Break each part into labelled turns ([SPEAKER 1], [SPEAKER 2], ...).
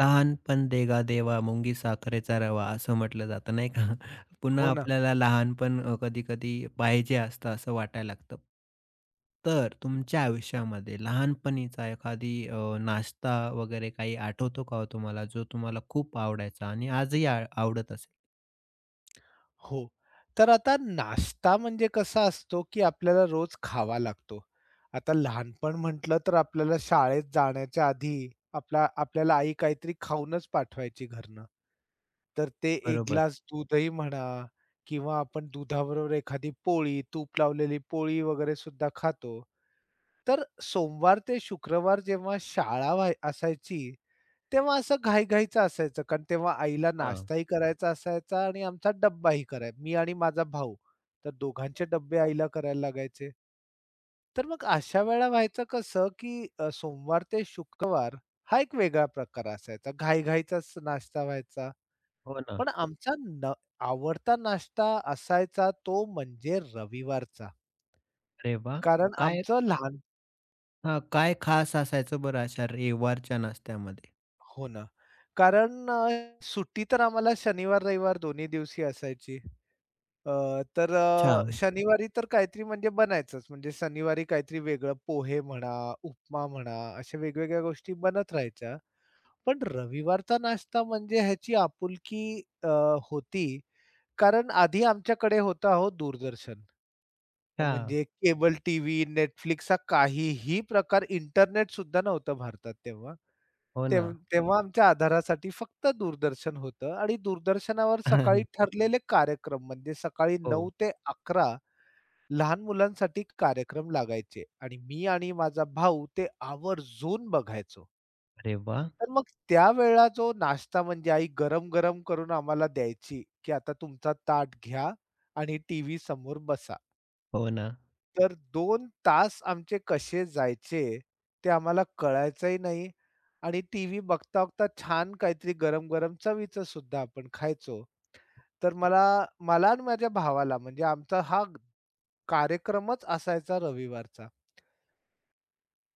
[SPEAKER 1] लहानपण देगा देवा मुंगी साखरेचा रवा असं म्हटलं जातं नाही का? पुन्हा
[SPEAKER 2] हो ना.
[SPEAKER 1] आपल्याला लहानपण कधी-कधी पाहिजे असतं असं वाटायला लागतं. तर तुमच्या आयुष्यामध्ये लहानपणीचा एखादी नाश्ता वगैरे काही आठवतो का हो तुम्हाला जो तुम्हाला खूप आवडायचा आणि आजही आवडत असेल?
[SPEAKER 2] हो. तर आता नाश्ता म्हणजे कसा असतो, की आपल्याला रोज खावा लागतो. आता लहानपण म्हटलं तर आपल्याला शाळेत जाण्याच्या आधी आपल्याला आई काहीतरी खाऊनच पाठवायची घरनं. तर ते एक
[SPEAKER 1] बरोबर.
[SPEAKER 2] ग्लास दूधही म्हणा किंवा आपण दुधाबरोबर एखादी पोळी, तूप लावलेली पोळी वगैरे सुद्धा खातो. तर सोमवार ते शुक्रवार जेव्हा शाळा असायची तेव्हा असं घाई-घाईचं असायचं, कारण तेव्हा आईला
[SPEAKER 1] हां.
[SPEAKER 2] नाश्ताही करायचा असायचा आणि आमचा डब्बाही मी आणि माझा भाऊ, तर दोघांचे डब्बे आईला करायला लागायचे. तर मग अशा वेळेला व्हायचं कसं, की सोमवार ते शुक्रवार हा एक वेगळा प्रकार असायचा. नाश्ता व्हायचा.
[SPEAKER 1] हो ना.
[SPEAKER 2] पण आमचा न आवडता नाश्ता असायचा तो म्हणजे रविवारचा.
[SPEAKER 1] अरे वाह!
[SPEAKER 2] कारण
[SPEAKER 1] काय
[SPEAKER 2] आमचं लहान
[SPEAKER 1] हां, काय खास असायचं बरं अशा रविवारच्या नाश्त्यामध्ये?
[SPEAKER 2] हो. कारण सुट्टी तर आम्हाला शनिवार, रविवार दोन्ही दिवशी असायची. अ, तर
[SPEAKER 1] अच्छा.
[SPEAKER 2] शनिवारी तर काहीतरी म्हणजे बनायचंच. म्हणजे शनिवारी काहीतरी वेगळं पोहे म्हणा, उपमा म्हणा, अशा वेगवेगळ्या गोष्टी बनत राहायच्या. पण रविवारचा नाश्ता म्हणजे ह्याची आपुलकी अ, होती. कारण आधी आमच्याकडे होता, हो, दूरदर्शन.
[SPEAKER 1] अच्छा.
[SPEAKER 2] म्हणजे केबल टीव्ही, Netflix हा काहीही प्रकार इंटरनेटसुद्धा नव्हतं भारतात तेव्हा.
[SPEAKER 1] हो ना.
[SPEAKER 2] तेव्हा आमच्या आधारासाठी फक्त दूरदर्शन होतं आणि दूरदर्शनावर सकाळी ठरलेले कार्यक्रम म्हणजे सकाळी 9
[SPEAKER 1] हो.
[SPEAKER 2] ते 11 लहान मुलांसाठी कार्यक्रम लागायचे आणि मी आणि माझा भाऊ ते आवर्जून बघायचो.
[SPEAKER 1] अरे वाह!
[SPEAKER 2] तर मग त्यावेळेला जो नाश्ता म्हणजे आई गरम-गरम करून आम्हाला द्यायची, की आता तुमचा ताट घ्या आणि टीव्ही समोर बसा.
[SPEAKER 1] हो ना.
[SPEAKER 2] तर 2 तास आमचे कसे जायचे ते आम्हाला कळायचंही नाही आणि टीव्ही बघता-बघता छान काहीतरी गरम-गरम चवीचं सुद्धा आपण खायचो. तर मला मला आणि माझ्या भावाला म्हणजे आमचा हा कार्यक्रमच असायचा रविवारचा.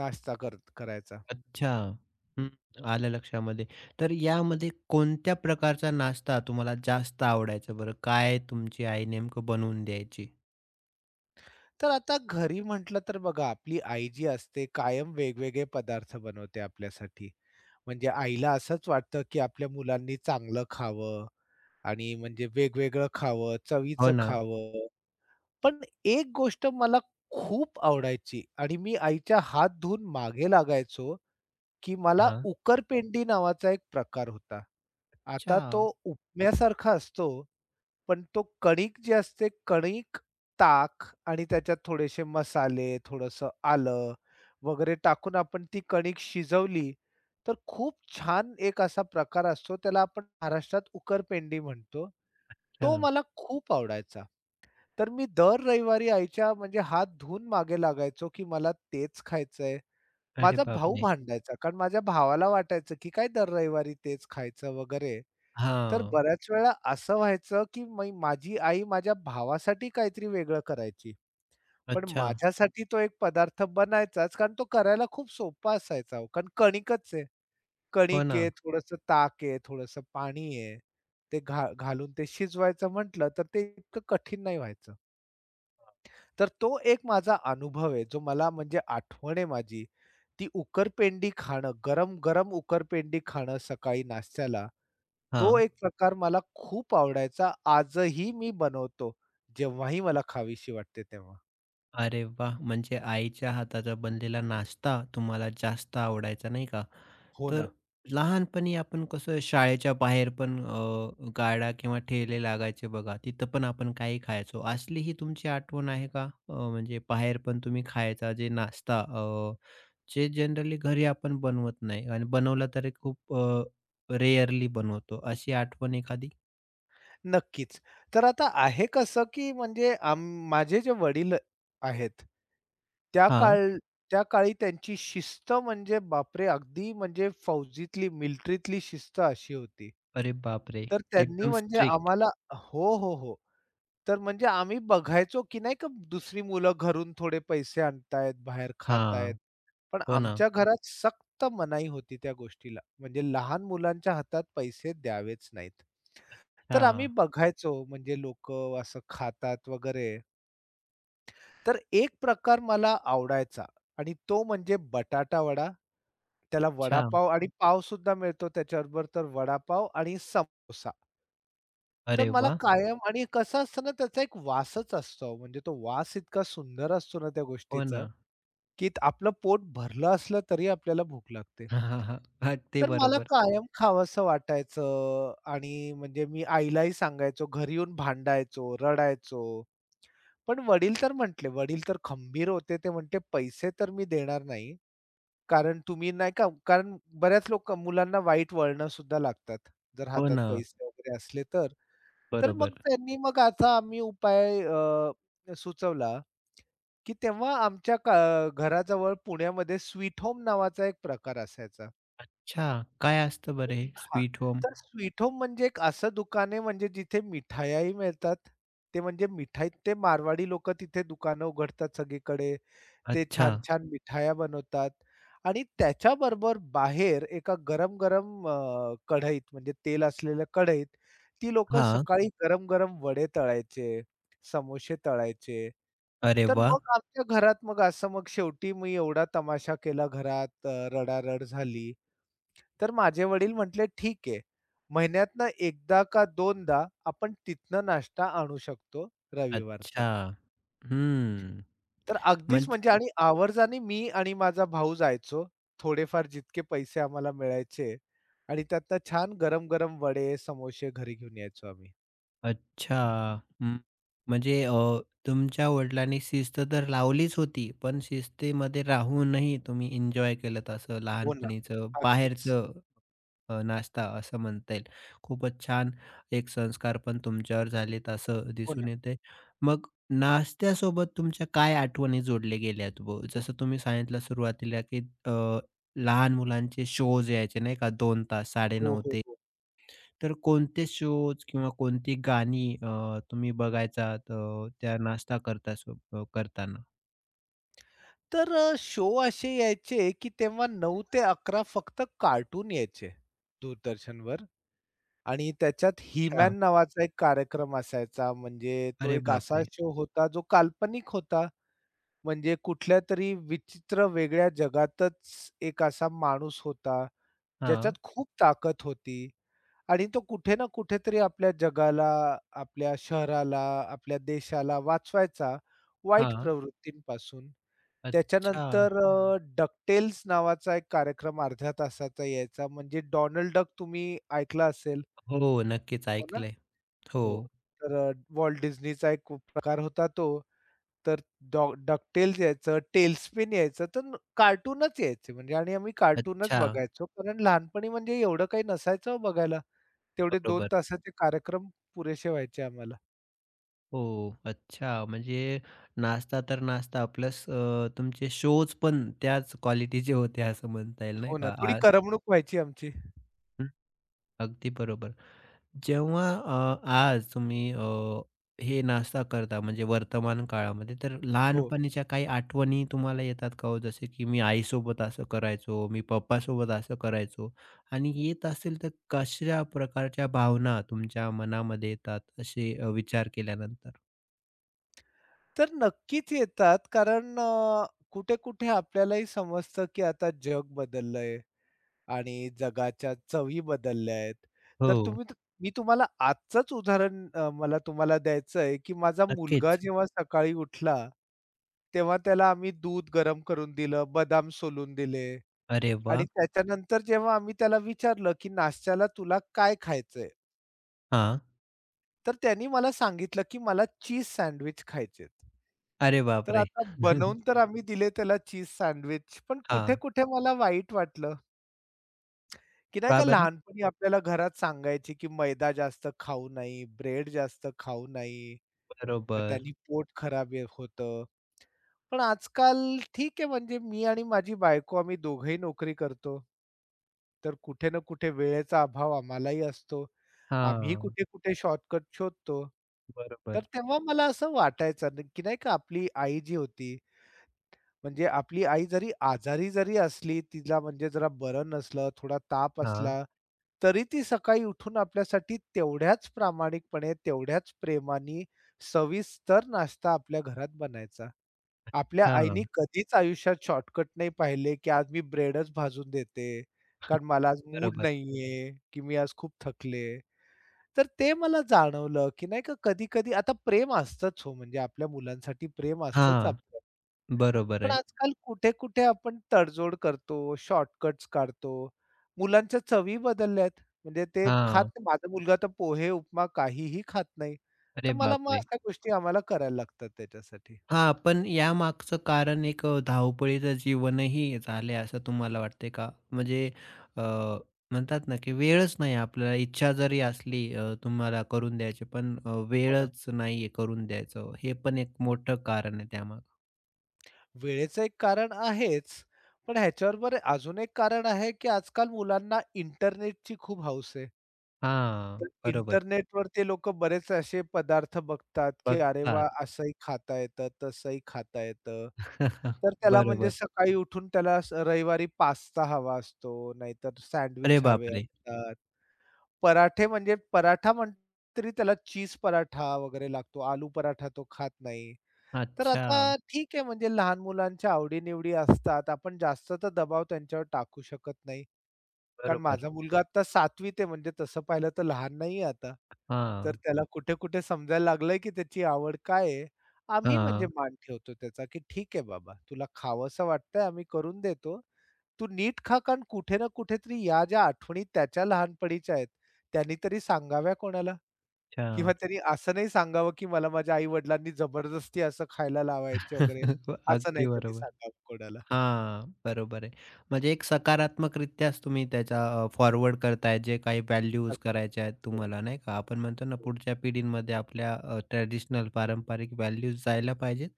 [SPEAKER 2] नाश्ता करायचा.
[SPEAKER 1] अच्छा. हं, आलं लक्षामध्ये. तर यामध्ये कोणत्या प्रकारचा नाश्ता तुम्हाला जास्त आवडायचा बरं? काय तुमची आई नेमकं बनवून द्यायची?
[SPEAKER 2] तर आता घरी म्हटलं तर बघा आपली आई जी असते कायम वेगवेगळे पदार्थ बनवते आपल्यासाठी. म्हणजे आईला असंच वाटतं, की आपल्या मुलांनी चांगलं खावं आणि म्हणजे वेगवेगळं खावं,
[SPEAKER 1] हो
[SPEAKER 2] चवीचं
[SPEAKER 1] ना.
[SPEAKER 2] खावं. पण एक गोष्ट मला खूप आवडायची आणि मी आईच्या हात धुवून मागे लागायचो, की मला
[SPEAKER 1] हां.
[SPEAKER 2] उकरपेंडी नावाचा एक प्रकार होता.
[SPEAKER 1] अच्छा,
[SPEAKER 2] आता तो उपम्यासारखा असतो पण तो कणिक जी असते, कणिक, ताक आणि त्याच्यात थोडेसे मसाले, थोडंसं आलं वगैरे टाकून आपण ती कणिक शिजवली, तर खूप छान एक असा प्रकार असतो. त्याला आपण महाराष्ट्रात उकरपेंडी म्हणतो.
[SPEAKER 1] अच्छा.
[SPEAKER 2] तो मला खूप आवडायचा. तर मी दर रविवारी आईच्या म्हणजे हात धुवून मागे लागायचो, की मला तेच खायचंय.
[SPEAKER 1] अरे
[SPEAKER 2] माझा भाऊ
[SPEAKER 1] बापरे!
[SPEAKER 2] भांडायचा, कारण माझ्या भावाला वाटायचं, की काय दर रविवारी तेच खायचं वगैरे. तर
[SPEAKER 1] हां.
[SPEAKER 2] बऱ्याच वेळा असं व्हायचं, की मी माझी आई माझ्या भावासाठी काहीतरी वेगळं करायची. पण
[SPEAKER 1] अच्छा.
[SPEAKER 2] माझ्यासाठी तो एक पदार्थ बनायचाच, कारण तो करायला खूप सोपा असायचा हो. कारण कणिकच आहे.
[SPEAKER 1] हो
[SPEAKER 2] कणिक
[SPEAKER 1] ना.
[SPEAKER 2] आहे, थोडंसं ताक आहे, थोडंसं पाणी आहे. ते घालून ते शिजवायचं म्हटलं, तर ते इतकं कठीण नाही व्हायचं. तर तो एक माझा अनुभव आहे, जो मला म्हणजे आठवण आहे माझी. ती उकरपेंडी खाणं, गरम-गरम उकरपेंडी खाणं सकाळी नाश्त्याला. तो
[SPEAKER 1] हां.
[SPEAKER 2] एक प्रकार मला खूप आवडायचा. आजही मी बनवतो, जेव्हाही मला खावीशी वाटते तेव्हा.
[SPEAKER 1] अरे वाह! म्हणजे आईच्या हाताचा बनलेला नाश्ता तुम्हाला जास्त आवडायचा, नाही का?
[SPEAKER 2] हो
[SPEAKER 1] तर
[SPEAKER 2] ना,
[SPEAKER 1] लहानपणी आपण कसं शाळेच्या बाहेर पण गाड्या किंवा ठेले लागायचे बघा, तिथं पण आपण काही खायचो. असली ही तुमची आठवण आहे का? म्हणजे बाहेर पण तुम्ही खायचा जे नाश्ता जे जनरली घरी आपण बनवत नाही आणि बनवला तरी खूप रेअरली बनवतो. अशी आठवण एखादी?
[SPEAKER 2] नक्कीच. तर आता आहे कसं, की म्हणजे माझे जे वडील आहेत, त्या
[SPEAKER 1] हां.
[SPEAKER 2] काळ त्या काळी त्यांची शिस्त म्हणजे बापरे! अगदी म्हणजे फौजीतली, मिलिटरीतली शिस्त अशी होती.
[SPEAKER 1] अरे बापरे!
[SPEAKER 2] तर त्यांनी
[SPEAKER 1] एकदम
[SPEAKER 2] म्हणजे
[SPEAKER 1] स्ट्रिक्ट.
[SPEAKER 2] आम्हाला. हो, हो, हो. तर म्हणजे आम्ही बघायचो, की नाही का दुसरी मुलं घरून थोडे पैसे आणतायत, बाहेर खातायत.
[SPEAKER 1] हां.
[SPEAKER 2] पण
[SPEAKER 1] हो ना.
[SPEAKER 2] आमच्या घरात सक्त मनाई होती त्या गोष्टीला. म्हणजे लहान मुलांच्या हातात पैसे द्यावेच नाहीत. तर आम्ही
[SPEAKER 1] हां.
[SPEAKER 2] बघायचो म्हणजे लोकं असं खातात वगैरे. तर एक प्रकार मला आवडायचा आणि तो म्हणजे बटाटा वडा. त्याला
[SPEAKER 1] अच्छा.
[SPEAKER 2] वडापाव आणि पावसुद्धा मिळतो त्याच्याबरोबर, तर वडापाव आणि समोसा. तर
[SPEAKER 1] अरे
[SPEAKER 2] मला
[SPEAKER 1] वाह!
[SPEAKER 2] कायम आणि कसं असतं ना, त्याचा एक वासच असतो अहो, म्हणजे तो वास इतका सुंदर असतो ना त्या
[SPEAKER 1] हो
[SPEAKER 2] गोष्टीचा,
[SPEAKER 1] ना.
[SPEAKER 2] की आपलं पोट भरलं असलं तरी आपल्याला भूक लागते.
[SPEAKER 1] हां, हां, हां. अगदी
[SPEAKER 2] तर मला
[SPEAKER 1] बरोबर.
[SPEAKER 2] कायम खावंसं वाटायचं आणि म्हणजे मी आईलाही सांगायचो, घरी येऊन भांडायचो, रडायचो. पण वडील तर म्हटले, वडील तर खंबीर होते. ते म्हटले, "पैसे तर मी देणार नाही, कारण तुम्ही नाही का कारण बऱ्याच लोक मुलांना वाईट वळणं सुद्धा लागतात, जर
[SPEAKER 1] हो
[SPEAKER 2] हातात
[SPEAKER 1] ना.
[SPEAKER 2] पैसे वगैरे असले तर." तर मग
[SPEAKER 1] बरोबर.
[SPEAKER 2] त्यांनी मग असा आम्ही उपाय सुचवला, की तेव्हा आमच्या घराजवळ पुण्यामध्ये स्वीट होम नावाचा एक प्रकार असायचा.
[SPEAKER 1] अच्छा, काय असतं बरं हे
[SPEAKER 2] हां,
[SPEAKER 1] स्वीट होम?
[SPEAKER 2] तर स्वीट होम म्हणजे एक असं दुकान आहे म्हणजे जिथे मिठायाही मिळतात. ते म्हणजे मिठाई ते मारवाडी लोक तिथे दुकानं उघडतात सगळीकडे. ते
[SPEAKER 1] अच्छा.
[SPEAKER 2] छान-छान मिठाया बनवतात आणि त्याच्याबरोबर बाहेर एका गरम-गरम कढईत म्हणजे तेल असलेल्या कढईत ती लोकं
[SPEAKER 1] हां.
[SPEAKER 2] सकाळी गरम-गरम वडे तळायचे, समोसे तळायचे.
[SPEAKER 1] अरे
[SPEAKER 2] तर
[SPEAKER 1] वा,
[SPEAKER 2] मग आमच्या घरात मग असं मग शेवटी मी एवढा तमाशा केला घरात, रडारड झाली. तर माझे वडील म्हटले, "ठीक आहे. महिन्यातनं एकदा का दोनदा आपण तिथनं नाश्ता आणू शकतो रविवारचा."
[SPEAKER 1] अच्छा. हम्म.
[SPEAKER 2] तर अगदीच म्हणजे आणि आवर्जाने मी आणि माझा भाऊ जायचो. थोडेफार जितके पैसे आम्हाला मिळायचे आणि त्यातनं छान गरम-गरम वडे, समोसे घरी घेऊन यायचो आम्ही.
[SPEAKER 1] अच्छा. हं. म्हणजे तुमच्या वडिलांनी शिस्त तर लावलीच होती, पण शिस्तीमध्ये राहूनही तुम्ही एन्जॉय केलत असं
[SPEAKER 2] हो ना.
[SPEAKER 1] लहानपणीचं
[SPEAKER 2] अगदीच.
[SPEAKER 1] बाहेरचं नाश्ता असं म्हणता येईल. खूपच छान एक संस्कार पण तुमच्यावर झालेत असं
[SPEAKER 2] हो ना.
[SPEAKER 1] दिसून येतंय. मग नाश्त्यासोबत तुमच्या काय आठवणी जोडल्या गेल्यात व जसं तुम्ही सांगितलं सुरुवातीला, की अ, लहान मुलांचे शोज यायचे नाही का 2 तास
[SPEAKER 2] हो,
[SPEAKER 1] 9:30
[SPEAKER 2] हो,
[SPEAKER 1] ते
[SPEAKER 2] हो.
[SPEAKER 1] तर कोणते शोज किंवा कोणती गाणी तुम्ही बघायचात त्या नाश्ता करता करताना?
[SPEAKER 2] तर शो असे यायचे, की तेव्हा 9 ते 11 फक्त कार्टून यायचे दूरदर्शनवर आणि त्याच्यात ही
[SPEAKER 1] अच्छा.
[SPEAKER 2] नावाचा एक कार्यक्रम असायचा. म्हणजे तो
[SPEAKER 1] अरे
[SPEAKER 2] एक असा
[SPEAKER 1] बापरे!
[SPEAKER 2] शो होता जो काल्पनिक होता. म्हणजे कुठल्या तरी विचित्र वेगळ्या जगातच एक असा माणूस होता,
[SPEAKER 1] हा
[SPEAKER 2] ज्याच्यात खूप ताकद होती आणि तो कुठे ना कुठेतरी आपल्या जगाला, आपल्या शहराला, आपल्या देशाला वाचवायचा वाईट
[SPEAKER 1] हां.
[SPEAKER 2] प्रवृत्तींपासून.
[SPEAKER 1] अच्छा.
[SPEAKER 2] त्याच्यानंतर डकटेल्स नावाचा एक कार्यक्रम अर्ध्या तासाचा यायचा म्हणजे डोनाल्ड डक तुम्ही ऐकला असेल,
[SPEAKER 1] हो, नक्कीच
[SPEAKER 2] हो ना?
[SPEAKER 1] ऐकलंय. हो.
[SPEAKER 2] हो. तर वॉल्ट डिझनीचा एक प्रकार होता तो. तर डॉ डकटेल्स यायचं, टेलस्पिन यायचं, तर कार्टूनच यायचे म्हणजे आणि आम्ही कार्टूनच
[SPEAKER 1] अच्छा.
[SPEAKER 2] बघायचो. कारण लहानपणी म्हणजे एवढं काही नसायचं हो बघायला. तेवढे 2
[SPEAKER 1] बरोबर.
[SPEAKER 2] तासाचे कार्यक्रम पुरेसे व्हायचे आम्हाला.
[SPEAKER 1] हो. अच्छा. म्हणजे नाश्ता तर नाश्ता प्लस तुमचे शोज पण त्याच क्वालिटीचे होते असं म्हणता येईल नाही
[SPEAKER 2] हो ना,
[SPEAKER 1] का?
[SPEAKER 2] थोडी
[SPEAKER 1] आज
[SPEAKER 2] करमणूक व्हायची आमची.
[SPEAKER 1] हं, अगदी बरोबर. जेव्हा आज तुम्ही हे नाश्ता करता म्हणजे वर्तमान काळामध्ये, तर
[SPEAKER 2] हो.
[SPEAKER 1] लहानपणीच्या काही आठवणी तुम्हाला येतात का हो? जसे की मी आईसोबत असं करायचो, मी पप्पासोबत असं करायचो आणि येत असेल तर कशा प्रकारच्या भावना तुमच्या मनामध्ये येतात असे विचार केल्यानंतर?
[SPEAKER 2] तर नक्कीच येतात कारण कुठे-कुठे आपल्यालाही समजतं की आता जग बदललंय. आणि जगाच्या चवी बदलल्या आहेत. तर
[SPEAKER 1] हो,
[SPEAKER 2] तुम्ही मी तुम्हाला आजचंच उदाहरण, मला तुम्हाला द्यायचं आहे, की माझा मुलगा
[SPEAKER 1] नक्कीच.
[SPEAKER 2] जेव्हा सकाळी उठला, तेव्हा त्याला आम्ही दूध गरम करून दिलं, बदाम सोलून दिले
[SPEAKER 1] अरे
[SPEAKER 2] आणि
[SPEAKER 1] वाह!
[SPEAKER 2] त्याच्यानंतर जेव्हा आम्ही त्याला विचारलं, की नाश्त्याला तुला काय खायचंय?
[SPEAKER 1] हां.
[SPEAKER 2] तर त्यानी मला सांगितलं, की मला चीज सँडविच खायचेत.
[SPEAKER 1] अरे
[SPEAKER 2] तर
[SPEAKER 1] बापरे!
[SPEAKER 2] आता बनवून तर आम्ही दिले त्याला चीज सँडविच, पण
[SPEAKER 1] हां.
[SPEAKER 2] कुठे-कुठे मला वाईट वाटलं. की नाही
[SPEAKER 1] का
[SPEAKER 2] का
[SPEAKER 1] बरं?
[SPEAKER 2] लहानपणी आपल्याला घरात सांगायची की मैदा जास्त खाऊ नाही, ब्रेड जास्त खाऊ नाही,
[SPEAKER 1] बरोबर.
[SPEAKER 2] त्यांनी पोट खराब हे होतं. पण आजकाल ठीक आहे म्हणजे मी आणि माझी बायको आम्ही दोघंही नोकरी करतो. तर कुठे ना कुठे वेळेचा अभाव आम्हालाही असतो. आम्ही
[SPEAKER 1] हां.
[SPEAKER 2] कुठे-कुठे शॉर्टकट शोधतो.
[SPEAKER 1] बरोबर.
[SPEAKER 2] तर तेव्हा मला असं वाटायचं ना, की नाही का आपली आई जी होती, म्हणजे आपली आई जरी आजारी जरी असली, तिला म्हणजे जरा बरं नसलं, थोडा ताप
[SPEAKER 1] हां.
[SPEAKER 2] असला, तरी ती सकाळी उठून आपल्यासाठी तेवढ्याच प्रामाणिकपणे, तेवढ्याच प्रेमाने सविस्तर नाश्ता आपल्या घरात बनायचा. आपल्या आईनी
[SPEAKER 1] हां.
[SPEAKER 2] कधीच आयुष्यात शॉर्टकट नाही पाहिले, की आज मी ब्रेडच भाजून देते, कारण मला आज मूड
[SPEAKER 1] बरोबर.
[SPEAKER 2] नाहीये, की मी आज खूप थकले. तर ते मला जाणवलं, की नाही का कधी-कधी आता प्रेम असतंच हो, म्हणजे आपल्या मुलांसाठी प्रेम असतंच
[SPEAKER 1] हां.
[SPEAKER 2] आपलं.
[SPEAKER 1] बरोबर
[SPEAKER 2] पण
[SPEAKER 1] आहे.
[SPEAKER 2] आजकाल कुठे-कुठे आपण तडजोड करतो, शॉर्टकट्स काढतो. मुलांच्या चवी बदलल्या आहेत. म्हणजे ते
[SPEAKER 1] हां.
[SPEAKER 2] खात माझा मुलगा तर पोहे, उपमा काहीही खात नाही. तर
[SPEAKER 1] अरे
[SPEAKER 2] मला मग
[SPEAKER 1] बापरे!
[SPEAKER 2] अशा गोष्टी आम्हाला करायला लागतात त्याच्यासाठी.
[SPEAKER 1] हां, पण यामागचं कारण एक धावपळीचं जीवनही झालंय असं तुम्हाला वाटतंय का? म्हणजे अ, म्हणतात ना, की वेळच नाही आपल्याला इच्छा जरी असली तुम्हाला करून द्यायची पण
[SPEAKER 2] हो ना.
[SPEAKER 1] वेळच नाहीये करून द्यायचं. हे पण एक मोठं कारण आहे त्यामागं.
[SPEAKER 2] वेळेचं एक कारण आहेच, पण ह्याच्याबरोबर अजून एक कारण आहे, की आजकाल मुलांना इंटरनेटची खूप हौस आहे.
[SPEAKER 1] हां,
[SPEAKER 2] तर
[SPEAKER 1] बरोबर.
[SPEAKER 2] इंटरनेटवर ते लोकं बरेच असे पदार्थ बघतात, की अरे
[SPEAKER 1] बघतात.
[SPEAKER 2] वाह! असंही खाता येतं, तसंही खाता येतं. तर त्याला म्हणजे
[SPEAKER 1] बरोबर.
[SPEAKER 2] सकाळी उठून त्याला रविवारी पास्ता हवा असतो, नाहीतर
[SPEAKER 1] अरे
[SPEAKER 2] सँडविच हवे
[SPEAKER 1] बापरे!
[SPEAKER 2] असतात. पराठे म्हणजे पराठा म्हटलं तरी त्याला चीज पराठा वगैरे लागतो. आलू पराठा तो खात नाही. तर
[SPEAKER 1] अच्छा.
[SPEAKER 2] आता ठीक आहे म्हणजे लहान मुलांच्या आवडी-निवडी असतात. आपण जास्त तर दबाव त्यांच्यावर टाकू शकत नाही. कारण
[SPEAKER 1] बरोबर.
[SPEAKER 2] माझा मुलगा आता 7वीत आहे म्हणजे तसं पाहिलं तर लहान नाहीये आता. तर
[SPEAKER 1] हां,
[SPEAKER 2] त्याला कुठे-कुठे समजायला लागलंय, की त्याची आवड काय आहे. आम्ही म्हणजे
[SPEAKER 1] हां.
[SPEAKER 2] मान ठेवतो त्याचा, की "ठीक आहे बाबा, तुला खावंसं वाटतंय आम्ही करून देतो. तू नीट खा." कारण कुठे ना कुठेतरी या ज्या आठवणी त्याच्या लहानपणीच्या आहेत, त्यांनी तरी सांगाव्या कोणाला
[SPEAKER 1] अच्छा.
[SPEAKER 2] किंवा त्यांनी असं नाही सांगावं, की मला माझ्या आई-वडिलांनी जबरदस्ती असं खायला लावायचे वगैरे. असं नाही
[SPEAKER 1] अगदी
[SPEAKER 2] त्यांनी
[SPEAKER 1] बरोबर.
[SPEAKER 2] सांगावं कोणाला.
[SPEAKER 1] हां, बरोबर आहे. म्हणजे एक सकारात्मकरित्याच तुम्ही त्याचा फॉरवर्ड करताय जे काही व्हॅल्यूज
[SPEAKER 2] अगदी.
[SPEAKER 1] करायच्या आहेत
[SPEAKER 2] हो,
[SPEAKER 1] तुम्हाला नाही का? आपण म्हणतो ना
[SPEAKER 2] हो.
[SPEAKER 1] पुढच्या पिढींमध्ये आपल्या ट्रेडिशनल पारंपरिक व्हॅल्यूज जायला पाहिजेत.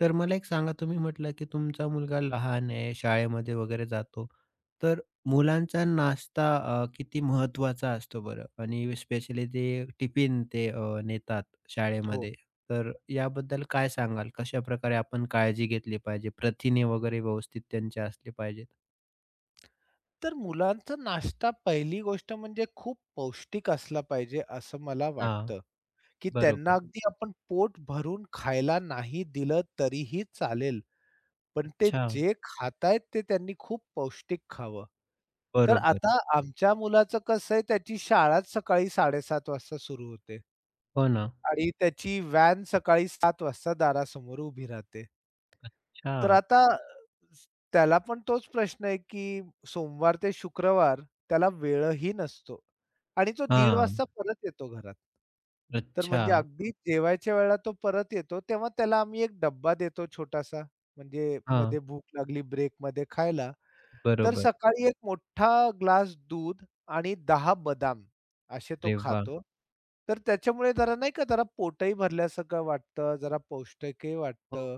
[SPEAKER 1] तर मला एक सांगा तुम्ही म्हटलं की तुमचा मुलगा लहान आहे, शाळेमध्ये वगैरे जातो. तर मुलांचा नाश्ता किती महत्त्वाचा असतो बरं? आणि स्पेशली ते टिफिन ते नेतात
[SPEAKER 2] हो.
[SPEAKER 1] शाळेमध्ये. तर याबद्दल काय सांगाल? कशाप्रकारे आपण काळजी घेतली पाहिजे? प्रथिने वगैरे व्यवस्थित त्यांचे असले पाहिजेत.
[SPEAKER 2] तर मुलांचा नाश्ता पहिली गोष्ट म्हणजे खूप पौष्टिक असला पाहिजे, असं मला
[SPEAKER 1] हां,
[SPEAKER 2] वाटतं, की त्यांना
[SPEAKER 1] बरोबर.
[SPEAKER 2] अगदी आपण पोट भरून खायला नाही दिलं तरीही चालेल. पण ते
[SPEAKER 1] अच्छा.
[SPEAKER 2] जे खातायत ते त्यांनी खूप पौष्टिक खावं. तर
[SPEAKER 1] बरोबर.
[SPEAKER 2] आता आमच्या मुलाचं कसं आहे त्याची शाळाच सकाळी 7:30 वाजता सुरू होते.
[SPEAKER 1] हो ना.
[SPEAKER 2] आणि त्याची व्हॅन सकाळी 7:00 वाजता दारासमोर उभी राहते. तर
[SPEAKER 1] अच्छा.
[SPEAKER 2] आता त्याला पण तोच प्रश्न आहे, की सोमवार ते शुक्रवार त्याला वेळही नसतो आणि तो 1:30
[SPEAKER 1] हां.
[SPEAKER 2] वाजता परत येतो घरात. तर
[SPEAKER 1] अच्छा.
[SPEAKER 2] म्हणजे अगदी जेवायच्या वेळेला तो परत येतो, तेव्हा त्याला आम्ही एक डब्बा देतो छोटासा. म्हणजे
[SPEAKER 1] हां.
[SPEAKER 2] मध्ये भूक लागली ब्रेकमध्ये खायला. तर
[SPEAKER 1] बरोबर.
[SPEAKER 2] सकाळी एक मोठा ग्लास दूध आणि 10 बदाम असे तो
[SPEAKER 1] अरे वाह!
[SPEAKER 2] खातो. तर त्याच्यामुळे जरा नाही का जरा पोटही भरल्यासारखं वाटतं, जरा पौष्टिकही
[SPEAKER 1] हो.
[SPEAKER 2] वाटतं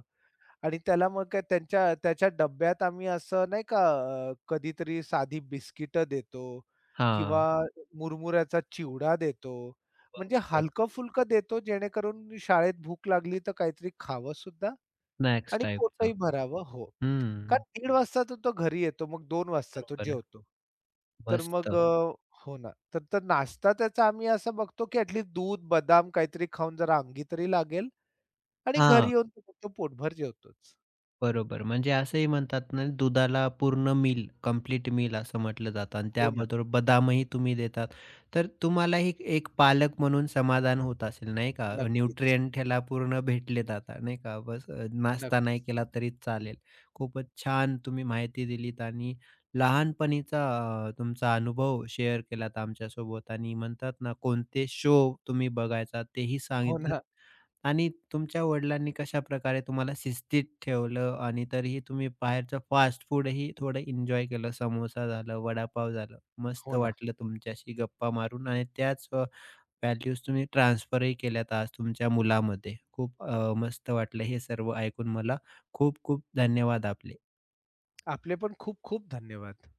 [SPEAKER 2] आणि त्याला मग काय त्यांच्या त्याच्या डब्यात आम्ही असं नाही का कधीतरी साधी बिस्किटं देतो किंवा
[SPEAKER 1] हां.
[SPEAKER 2] मुरमुऱ्याचा चिवडा देतो. म्हणजे
[SPEAKER 1] बरोबर.
[SPEAKER 2] हलकं-फुलकं देतो जेणेकरून शाळेत भूक लागली तर काहीतरी खावंसुद्धा
[SPEAKER 1] स्नॅक्स
[SPEAKER 2] आणि
[SPEAKER 1] टाइपचं.
[SPEAKER 2] पोटही भरावं. हो. कारण
[SPEAKER 1] हं.
[SPEAKER 2] 1:30 वाजता तो तो घरी येतो. मग 2 वाजता तो
[SPEAKER 1] बरोबर आहे.
[SPEAKER 2] जेवतो. तर
[SPEAKER 1] मस्त.
[SPEAKER 2] मग हो. हो ना. तर तर नाश्ता त्याचा आम्ही असं बघतो, की ॲटलीस्ट दूध, बदाम काहीतरी खाऊन जरा अंगी तरी लागेल आणि घरी
[SPEAKER 1] हां.
[SPEAKER 2] येऊन तो फक्त पोटभर जेवतोच.
[SPEAKER 1] बरोबर. म्हणजे असंही म्हणतात ना, दुधाला पूर्ण मील, कंप्लीट मील असं म्हटलं जातं आणि
[SPEAKER 2] हो ना.
[SPEAKER 1] त्याबरोबर बदामही तुम्ही देतात. तर तुम्हालाही एक पालक म्हणून समाधान होत असेल, नाही का?
[SPEAKER 2] नक्कीच.
[SPEAKER 1] न्यूट्रिएंट ह्याला पूर्ण भेटले आता, नाही का? बस नाश्ता नाही
[SPEAKER 2] नक्कीच.
[SPEAKER 1] केला तरी चालेल. खूपच छान तुम्ही माहिती दिलीत आणि लहानपणीचा तुमचा अनुभव शेअर केलात आमच्यासोबत आणि म्हणतात ना, कोणते शो तुम्ही बघायचा तेही
[SPEAKER 2] हो
[SPEAKER 1] सांगितलंत.
[SPEAKER 2] ना.
[SPEAKER 1] आणि तुमच्या वडिलांनी कशाप्रकारे तुम्हाला शिस्तीत ठेवलं आणि तरीही तुम्ही बाहेरचं फास्ट फूडही थोडं एन्जॉय केलं. समोसा झालं, वडापाव झालं. मस्त
[SPEAKER 2] हो ना.
[SPEAKER 1] वाटलं तुमच्याशी गप्पा मारून आणि त्याच व्हॅल्यूज तुम्ही ट्रान्सफरही केल्यात आज तुमच्या मुलामध्ये. खूप मस्त वाटलं हे सर्व ऐकून मला. खूप खूप धन्यवाद आपले.
[SPEAKER 2] आपले पण खूप खूप धन्यवाद.